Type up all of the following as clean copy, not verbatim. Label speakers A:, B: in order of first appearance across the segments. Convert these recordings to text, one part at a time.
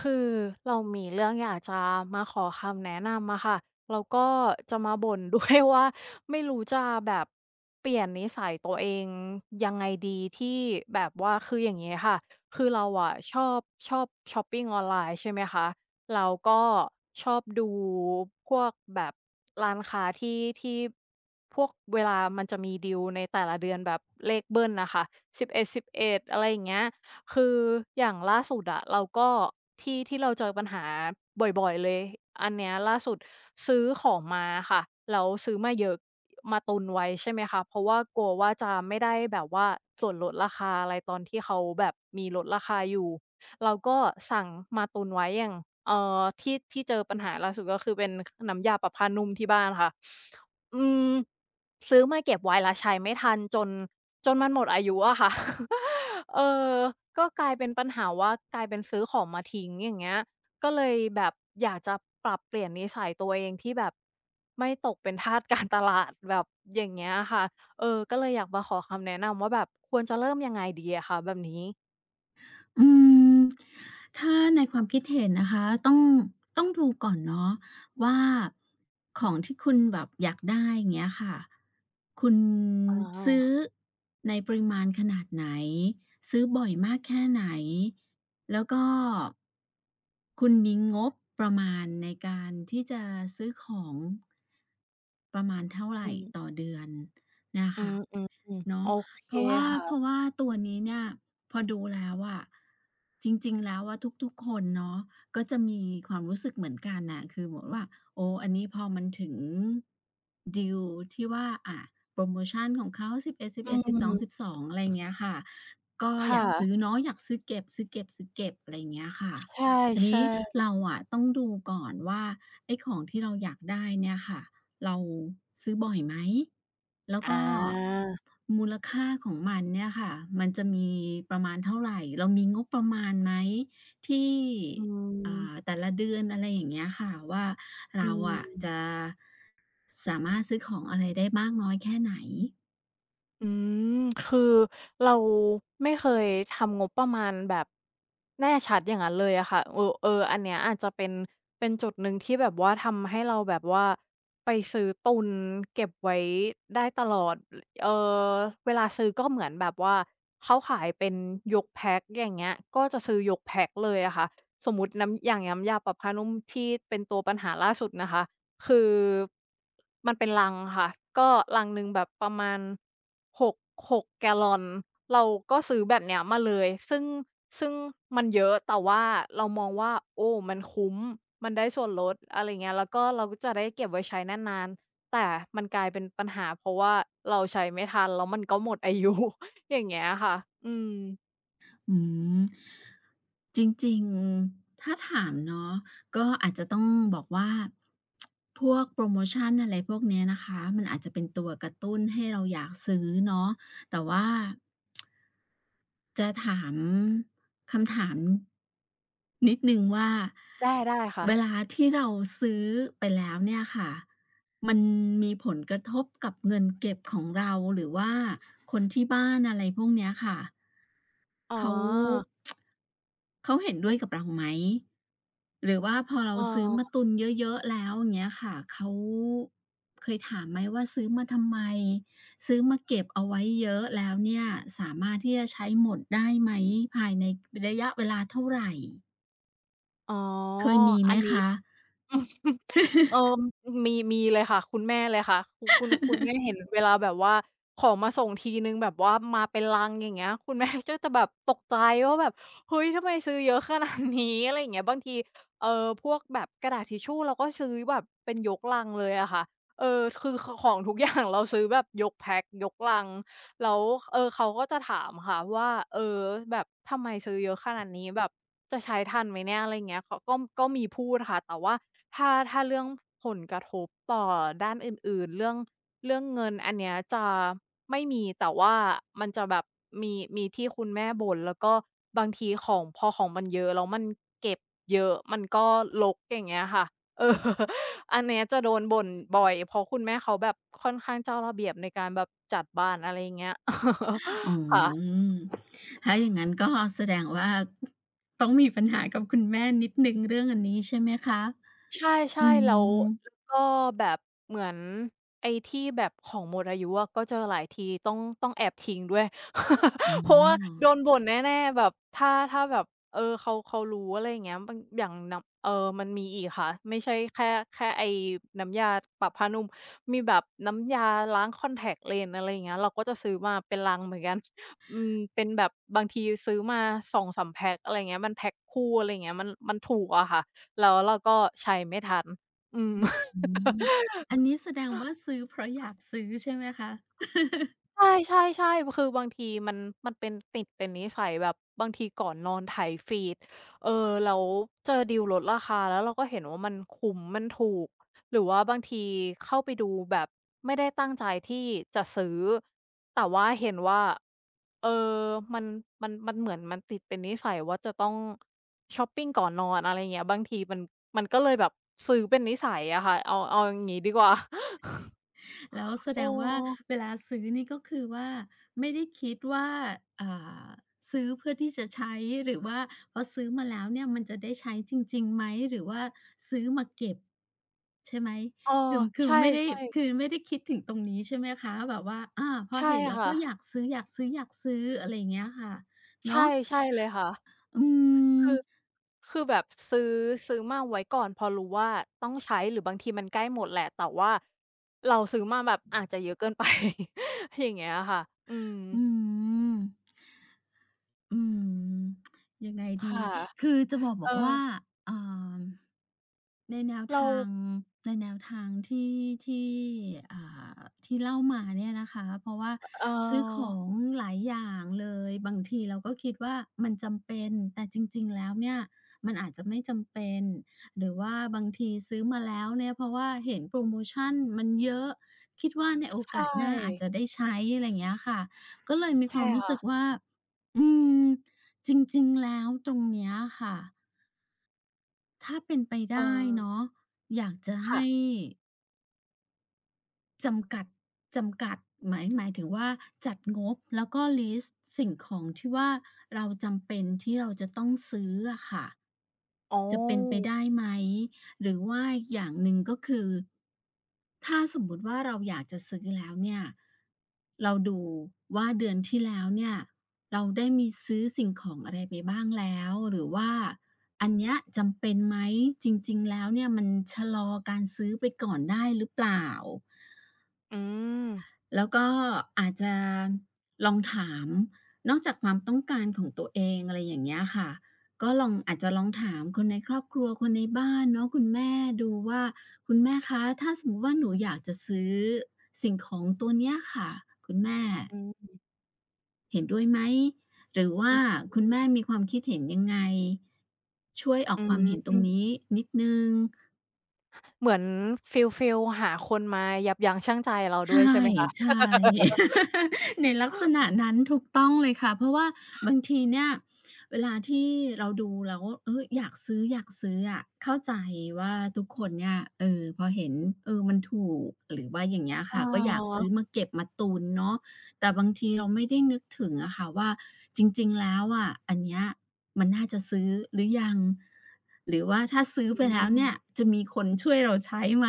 A: คือเรามีเรื่องอยากจะมาขอคำแนะนำอะค่ะแล้วก็จะมาบ่นด้วย ว่าไม่รู้จะแบบเปลี่ยนนิสัยตัวเองยังไงดีที่แบบว่าคืออย่างงี้ค่ะคือเราอะชอบชอปปิงออนไลน์ใช่ไหมคะแล้วก็ชอบดูพวกแบบร้านค้าที่พวกเวลามันจะมีดีลในแต่ละเดือนแบบเลขเบิลน่ะค่ะสิบเอ็ดสิบเอดอะไรอย่างเงี้ย คืออย่างล่าสุดอะเราก็ที่เราเจอปัญหาบ่อยๆเลยอันเนี้ยล่าสุดซื้อของมาค่ะแล้วซื้อมาเยอะมาตุนไว้ใช่ไหมคะเพราะว่ากลัวว่าจะไม่ได้แบบว่าส่วนลดราคาอะไรตอนที่เขาแบบมีลดราคาอยู่เราก็สั่งมาตุนไว้อย่างที่เจอปัญหาล่าสุดก็คือเป็นน้ำยาปรับผานุ่มที่บ้านค่ะอืมซื้อมาเก็บไว้แล้วใช้ไม่ทันจนมันหมดอายุอะค่ะ เออก็กลายเป็นปัญหาว่ากลายเป็นซื้อของมาทิ้งอย่างเงี้ยก็เลยแบบอยากจะปรับเปลี่ยนนิสัยตัวเองที่แบบไม่ตกเป็นทาสการตลาดแบบอย่างเงี้ยค่ะเออก็เลยอยากมาขอคำแนะนำว่าแบบควรจะเริ่มยังไงดีอะคะแบบนี้
B: อืมถ้าในความคิดเห็นนะคะต้องดูก่อนเนาะว่าของที่คุณแบบอยากได้อย่างเงี้ยค่ะคุณ
A: อ๋
B: ซื้อ
A: อ
B: ในปริมาณขนาดไหนซื้อบ่อยมากแค่ไหนแล้วก็ คุณมีงบประมาณในการที่จะซื้อของประมาณเท่าไร
A: อื
B: ต่
A: ม
B: อเดือนนะ
A: อื
B: คะ
A: มอืมอืมโอ
B: เนาะ
A: เค
B: เพราะว่าเพราะ
A: ค่ะ
B: ว่าตัวนี้เนี่ยพอดูแล้วอะจริงๆแล้วอะทุกๆคนเนาะก็จะมีความรู้สึกเหมือนกันน่ะคือเหมือนว่าโอ้อันนี้พอมันถึงดีลที่ว่าอะโพรโมชันของเขา
A: อื
B: 11.11
A: ม
B: 12.12อดสิบเอ็ดสิบสองสิบสองอะไรอย่างเงี้ยค่ะก็
A: ค
B: อยากซื้อ
A: ่ะ
B: เนาะอยากซื้อเก็บๆๆอะไรอย่างเงี้ยค่ะ
A: ใช่
B: ทีนนี้
A: ใช่
B: เราอะต้องดูก่อนว่าไอ้ของที่เราอยากได้เนี่ยค่ะเราซื้อบ่อยไหมแล้วก็
A: อา
B: มูลค่าของมันเนี่ยค่ะมันจะมีประมาณเท่าไรเรามีงบประมาณไหมที่
A: อืม
B: แต่ละเดือนอะไรอย่างเงี้ยค่ะว่า
A: อื
B: เราอะ
A: ม
B: จะสามารถซื้อของอะไรได้มากน้อยแค่ไหน
A: อืมคือเราไม่เคยทำงบประมาณแบบแน่ชัดอย่างนั้นเลยอะค่ะเออเอออันเนี้ยอาจจะเป็นจุดหนึ่งที่แบบว่าทำให้เราแบบว่าไปซื้อตุนเก็บไว้ได้ตลอดเออเวลาซื้อก็เหมือนแบบว่าเขาขายเป็นยกแพ็กอย่างเงี้ยก็จะซื้อยกแพ็กเลยอะค่ะสมมุติน้ำอย่างน้ำยาปรับผ้านุ่มที่เป็นตัวปัญหาล่าสุดนะคะคือมันเป็นลังค่ะก็ลังหนึ่งแบบประมาณ 6- กหกแกลลอนเราก็ซื้อแบบเนี้ยมาเลยซึ่งมันเยอะแต่ว่าเรามองว่าโอ้มันคุ้มมันได้ส่วนลดอะไรเงี้ยแล้วก็เราก็จะได้เก็บไว้ใช้นานๆแต่มันกลายเป็นปัญหาเพราะว่าเราใช้ไม่ทันแล้วมันก็หมดอายุ อย่างเงี้ยค่ะอืม
B: อืมจริงๆ ถ้าถามเนาะก็อาจจะต้องบอกว่าพวกโพรโมชันอะไรพวกเนี้ยนะคะมันอาจจะเป็นตัวกระตุ้นให้เราอยากซื้อเนาะแต่ว่าจะถามคำถามนิดหนึ่งว่า
A: ได้ได้ค่ะ
B: เวลาที่เราซื้อไปแล้วเนี่ยค่ะมันมีผลกระทบกับเงินเก็บของเราหรือว่าคนที่บ้านอะไรพวกเนี้ยค่ะ
A: อ๋
B: เขา
A: อ
B: เขาเห็นด้วยกับเราไหมหรือว่าพอเรา
A: เอ
B: ซื้อมาตุ
A: อ
B: นเยอะๆแล้วอย่างเงี้ยค่ะเขาเคยถามไหมว่าซื้อมาทำไมซื้อมาเก็บเอาไว้เยอะแล้วเนี่ยสามารถที่จะใช้หมดได้ไหมภายในระยะเวลาเท่าไร
A: อ๋อ
B: เคยมีไหม
A: อันนี้
B: คะ
A: อืมเออมีมีเลยค่ะคุณแม่เลยค่ะคุณ แม่เห็นเวลาแบบว่า ของมาส่งทีหนึ่งแบบว่ามาเป็นลังอย่างเงี้ยคุณแม่ก็จะแบบตกใจว่าแบบเฮ้ยทำไมซื้อเยอะขนาดนี้อะไรอย่างเงี้ยบางทีเอ่อพวกแบบกระดาษทิชชู่เราก็ซื้อแบบเป็นยกลังเลยอะค่ะเออคือขของทุกอย่างเราซื้อแบบยกแพ็กยกลังแล้วเออเขาก็จะถามค่ะว่าเออแบบทำไมซื้อเยอะขนาดนี้แบบ จะใช้ทันไหมเนี่ยอะไรอย่างเงี้ยเขาก็ก็มีพูดค่ะแต่ว่าถ้าเรื่องผลกระทบต่อด้านอื่นๆเรื่องเรื่องเงินอันเนี้ยจะไม่มีแต่ว่ามันจะแบบมีที่คุณแม่บ่นแล้วก็บางทีของพอของมันเยอะแล้วมันเก็บเยอะมันก็รกอย่างเงี้ยค่ะเออ อันเนี้ยจะโดนบ่นบ่อยเพราะคุณแม่เขาแบบค่อนข้างเจ้าระเบียบในการแบบจัดบ้านอะไรอย่างเงี้ย
B: อ๋
A: ค่ะ
B: อถ้าอย่างงั้นก็แสดงว่าต้องมีปัญหากับคุณแม่นิดหนึ่งเรื่องอันนี้ใช่ไหมคะ
A: ใช่
B: อื
A: ๆแล้ว
B: ม
A: แล้วก็แบบเหมือนไอ้ที่แบบของหมดอายุอะก็เจอหลายทีต้องแอบทิ้งด้วย เพ
B: อ๋
A: ราะว่าโด
B: อ
A: นบ่นแน่ๆแบบถ้าแบบเออเขารู้อะไรอย่างเงี้ยบางอย่างน้ำมันมีอีกค่ะไม่ใช่แค่ไอ้น้ำยาปรับผ้านุ่มมีแบบน้ำยาล้างคอนแทกเลนส์อะไรอย่างเงี้ยเราก็จะซื้อมาเป็นลังเหมือนกัน อืมเป็นแบบบางทีซื้อมาสองสามแพ็กอะไรอย่างเงี้ยมันแพ็กคู่อะไรอย่างเงี้ยมันถูกอะค่ะ แล้วเราก็ใช้ไม่ทันอืม
B: อืม อันนี้แสดงว่าซื้อเพราะอยากซื้อใช่ไหมคะ
A: ใช่ๆๆคือบางทีมันมันเป็นติดเป็นนิสัยแบบบางทีก่อนนอนไถฟีดเออแล้วเจอดีลลดราคาแล้วเราก็เห็นว่ามันคุ้มมันถูกหรือว่าบางทีเข้าไปดูแบบไม่ได้ตั้งใจที่จะซื้อแต่ว่าเห็นว่าเออมันมันเหมือนมันติดเป็นนิสัยว่าจะต้องช็อปปิงก่อนนอนอะไรอย่างเงี้ยบางทีมันก็เลยแบบซื้อเป็นนิสัยอะค่ะเอาอย่างงี้ดีกว่า
B: แล้วแสด
A: เอ
B: งว่า
A: อ
B: เวลาซื้อนี่ก็คือว่าไม่ได้คิดว่าอ่าซื้อเพื่อที่จะใช้หรือว่าพอซื้อมาแล้วเนี่ยมันจะได้ใช้จริงๆไหมหรือว่าซื้อมาเก็บใช่ไหม
A: เออ
B: คือคื
A: ใช
B: อไม่ได้
A: ่
B: คื
A: ๆ
B: อไม่ได้คิดถึงตรงนี้ใช่ไหมคะแบบว่าอาพอ
A: ใช่
B: เห็นแล้วก็
A: ค่ะ
B: อยากซื้อๆๆอะไรอย่างเงี้ยค่ะเนาะ
A: ใช่ใช่เลยค่ะ
B: อืม
A: คือคือแบบซื้อซื้อมาไว้ก่อนพอรู้ว่าต้องใช้หรือบางทีมันใกล้หมดแหละแต่ว่าเราซื้อมาแบบอาจจะเยอะเกินไป อย่างเงี้ยค่ะอืม
B: อืมอืมยังไงดี
A: ค่ะ
B: คือจะบอกบ
A: เอ
B: อ
A: อ
B: กว่าอ่าในแนว
A: เรา
B: ทาง ในแนวทางที่อ่าที่เล่ามาเนี่ยนะคะเพราะว่า
A: เ
B: ซื้อขอ
A: ออ
B: งหลายอย่างเลย บางทีเราก็คิดว่ามันจำเป็น แต่จริงๆแล้วเนี่ยมันอาจจะไม่จำเป็น หรือว่าบางทีซื้อมาแล้วเนี่ยเพราะว่าเห็นโพรโมชันมันเยอะ คิดว่าในโอ
A: ใช
B: กาสหน้าอาจ
A: ่
B: จะได้ใช้อะไรอย่างเงี้ยค่ะ ก็เลยมีควา
A: ใช่
B: มรู้
A: ค่ะ
B: สึกว่าอืมจริงๆ แล้วตรงเนี้ยค่ะ ถ้าเป็นไป
A: เอ
B: ได้
A: อ
B: เนาะอยากจะ
A: ค่ะ
B: ให้จำกัดจำกัดหมายถึงว่าจัดงบแล้วก็ลิสต์สิ่งของที่ว่าเราจำเป็นที่เราจะต้องซื้ออะค่ะ
A: อ๋
B: จะเป็นไป
A: อ
B: ได้ไหม หรือว่าอีกอย่างหนึ่งก็คือ ถ้าสมมุติว่าเราอยากจะซื้อแล้วเนี่ย เราดูว่าเดือนที่แล้วเนี่ยเราได้มีซื้อสิ่งของอะไรไปบ้างแล้วหรือว่าอันเนี้ยจำเป็นไหมจริงๆแล้วเนี่ยมันชะลอการซื้อไปก่อนได้หรือเปล่า
A: อืม
B: แล้วก็อาจจะลองถามนอกจากความต้องการของตัวเองอะไรอย่างเงี้ยค่ะก็ลองอาจจะลองถามคนในครอบครัวคนในบ้านเนาะคุณแม่ดูว่าคุณแม่คะถ้าสมมุติว่าหนูอยากจะซื้อสิ่งของตัวเนี้ยค่ะคุณแม่
A: อืม
B: เห็นด้วยไหมหรือว่า
A: อือ
B: คุณแม่มีความคิดเห็นยังไงช่วยออก
A: อื
B: ความเห็นตรงนี้
A: ม
B: นิดหนึ่ง
A: เหมือนฟีลหาคนมายับยั้งชั่งใจเราด้วย
B: ใช่
A: ใช่ไหมคะ
B: ใช่ ในลักษณะนั้นถูกต้องเลยค่ะเพราะว่าบางทีเนี่ยเวลาที่เราดูแล้วเอออยากซื้ออะเข้าใจว่าทุกคนเนี่ยเออพอเห็นเออมันถูกหรือว่าอย่างเงี้ย
A: อ๋
B: ค่ะก็อยากซื้
A: อ
B: อมาเก็บมาตุนเนาะ แต่บางทีเราไม่ได้นึกถึงอะค่ะว่าจริงๆแล้วอะอันเนี้ยมันน่าจะซื้อหรือยังหรือว่าถ้าซื้อ
A: อื
B: ไปแล้ว
A: ม
B: เนี่ยจะมีคนช่วยเราใช้ไหม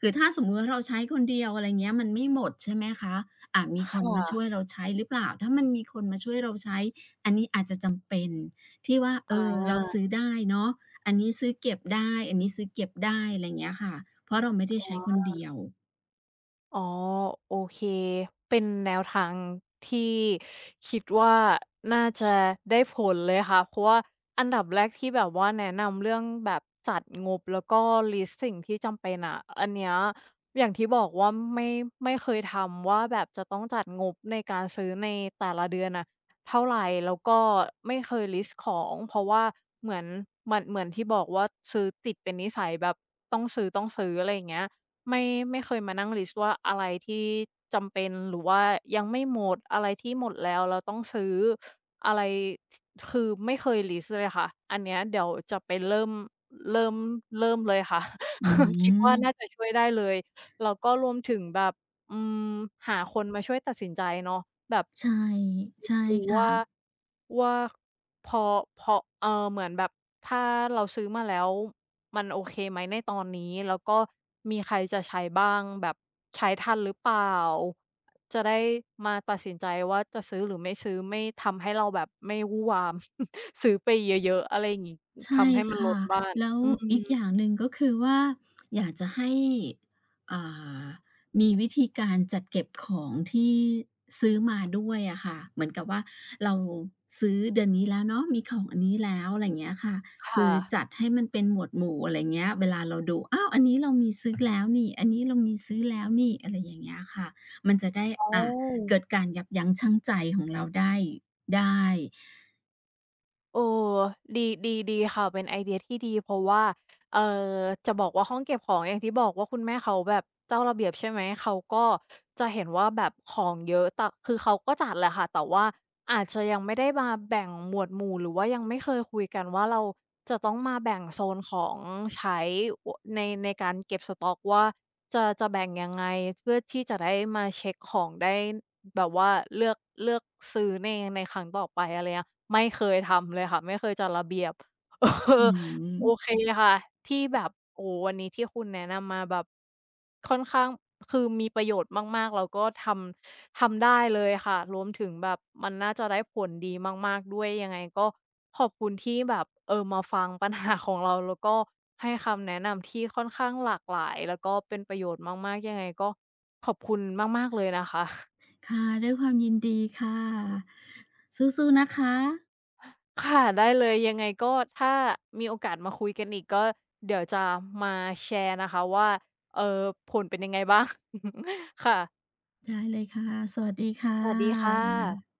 B: คือถ้าสมมุติว่าเราใช้คนเดียวอะไรเงี้ยมันไม่หมดใช่ไหมคะอามีค
A: ค
B: นมาช่วย
A: ่ะ
B: เราใช้หรือเปล่าถ้ามันมีคนมาช่วยเราใช้อันนี้อาจจะจำเป็นที่ว่าเอ
A: อ
B: อเรา
A: า
B: ซื้อได้เนาะอันนี้ซื้อเก็บได้อันนี้ซื้อเก็บได้อะไรเงี้ยค่ะเพราะเราไม่ได้
A: อ๋อ
B: ใช้คนเดียว
A: อ๋อโอเคเป็นแนวทางที่คิดว่าน่าจะได้ผลเลยค่ะเพราะว่าอันดับแรกที่แบบว่าแนะนำเรื่องแบบจัดงบแล้วก็ลิสต์สิ่งที่จำเป็นอะอันเนี้ยอย่างที่บอกว่าไม่ไม่เคยทำว่าแบบจะต้องจัดงบในการซื้อในแต่ละเดือนน่ะเท่าไรแล้วก็ไม่เคยลิสต์ของเพราะว่าเหมือนเหมือนที่บอกว่าซื้อติดเป็นนิสัยแบบต้องซื้อๆอะไรอย่างเงี้ย ไม่ไม่เคยมานั่งลิสต์ว่าอะไรที่จำเป็นหรือว่ายังไม่หมดอะไรที่หมดแล้วเราต้องซื้ออะไรทคือไม่เคยลิสต์เลยค่ะอันเนี้ยเดี๋ยวจะไปเริ่มเริ่มเลยค่ะ
B: อื
A: คิดว่าน่า
B: ม
A: จะช่วยได้เลยแล้วก็รวมถึงแบบ อืมหาคนมาช่วยตัดสินใจเนาะแบบ
B: ใช่
A: ดู
B: ใช่
A: ดูว่า
B: ค่ะ
A: ว่าพอพอเหมือนแบบถ้าเราซื้อมาแล้วมันโอเคไหมในตอนนี้แล้วก็มีใครจะใช้บ้างแบบใช้ทันหรือเปล่าจะได้มาตัดสินใจว่าจะซื้อหรือไม่ซื้อไม่ทำให้เราแบบไม่วู่วาม ซื้อไปเยอะๆอะไรอย่างงี้
B: ใช่
A: ทำให้มันล้
B: ค่ะ
A: นบ้าน
B: แล้ว
A: อื
B: อีก
A: ม
B: อย่างหนึ่งก็คือว่าอยากจะให้อ่ามีวิธีการจัดเก็บของที่ซื้อมาด้วยอะค่ะเหมือนกับว่าเราซื้อเดือนนี้แล้วเนาะมีของอันนี้แล้วอะไรอย่างเงี้ยค่ะคื
A: ค่ะ
B: อจัดให้มันเป็นหมวดหมู่อะไรอย่างเงี้ยเวลาเราดูอ้าวอันนี้เรามีซื้อแล้วนี่อันนี้เรามีซื้อแล้วนี่อะไรอย่างเงี้ยค่ะมันจะได้
A: อ๋อ
B: อ่าเกิดการยับยั้งชั่งใจของเราได้ได้
A: โออดีดีดีค่ะเป็นไอเดียที่ดีเพราะว่าเอ่อจะบอกว่าห้องเก็บของอย่างที่บอกว่าคุณแม่เขาแบบเจ้าระเบียบใช่ไหมเขาก็จะเห็นว่าแบบของเยอะแต่คือเขาก็จัดแหละค่ะแต่ว่าอาจจะยังไม่ได้มาแบ่งหมวดหมู่หรือว่ายังไม่เคยคุยกันว่าเราจะต้องมาแบ่งโซนของใช้วในในการเก็บสต็อกว่า จะแบ่งยังไงเพื่อที่จะได้มาเช็กของได้แบบว่าเลือกเลือกซื้อในครั้งต่อไปอะไรเงี้ยไม่เคยทำเลยค่ะไม่เคยจัดระเบียบ เออ
B: อื
A: โอ
B: ม
A: เคค่ะที่แบบโอ้โฮวันนี้ที่คุณแนะนำมาแบบค่อนข้างคือมีประโยชน์มากๆแล้วก็ทำได้เลยค่ะรวมถึงแบบมันน่าจะได้ผลดีมากๆด้วยยังไงก็ขอบคุณที่แบบเออมาฟังปัญหาของเราแล้วก็ให้คำแนะนำที่ค่อนข้างหลากหลายแล้วก็เป็นประโยชน์มากๆยังไงก็ขอบคุณมากๆเลยนะคะ
B: ค่ะ ด้วยความยินดีค่ะสู้ๆนะคะ
A: ค่ะได้เลยยังไงก็ถ้ามีโอกาสมาคุยกันอีกก็เดี๋ยวจะมาแชร์นะคะว่าเออผลเป็นยังไงบ้าง ค่ะ
B: ได้เลยค่ะ สวัสดีค่
A: สวัสดีค่
B: ะ
A: ะ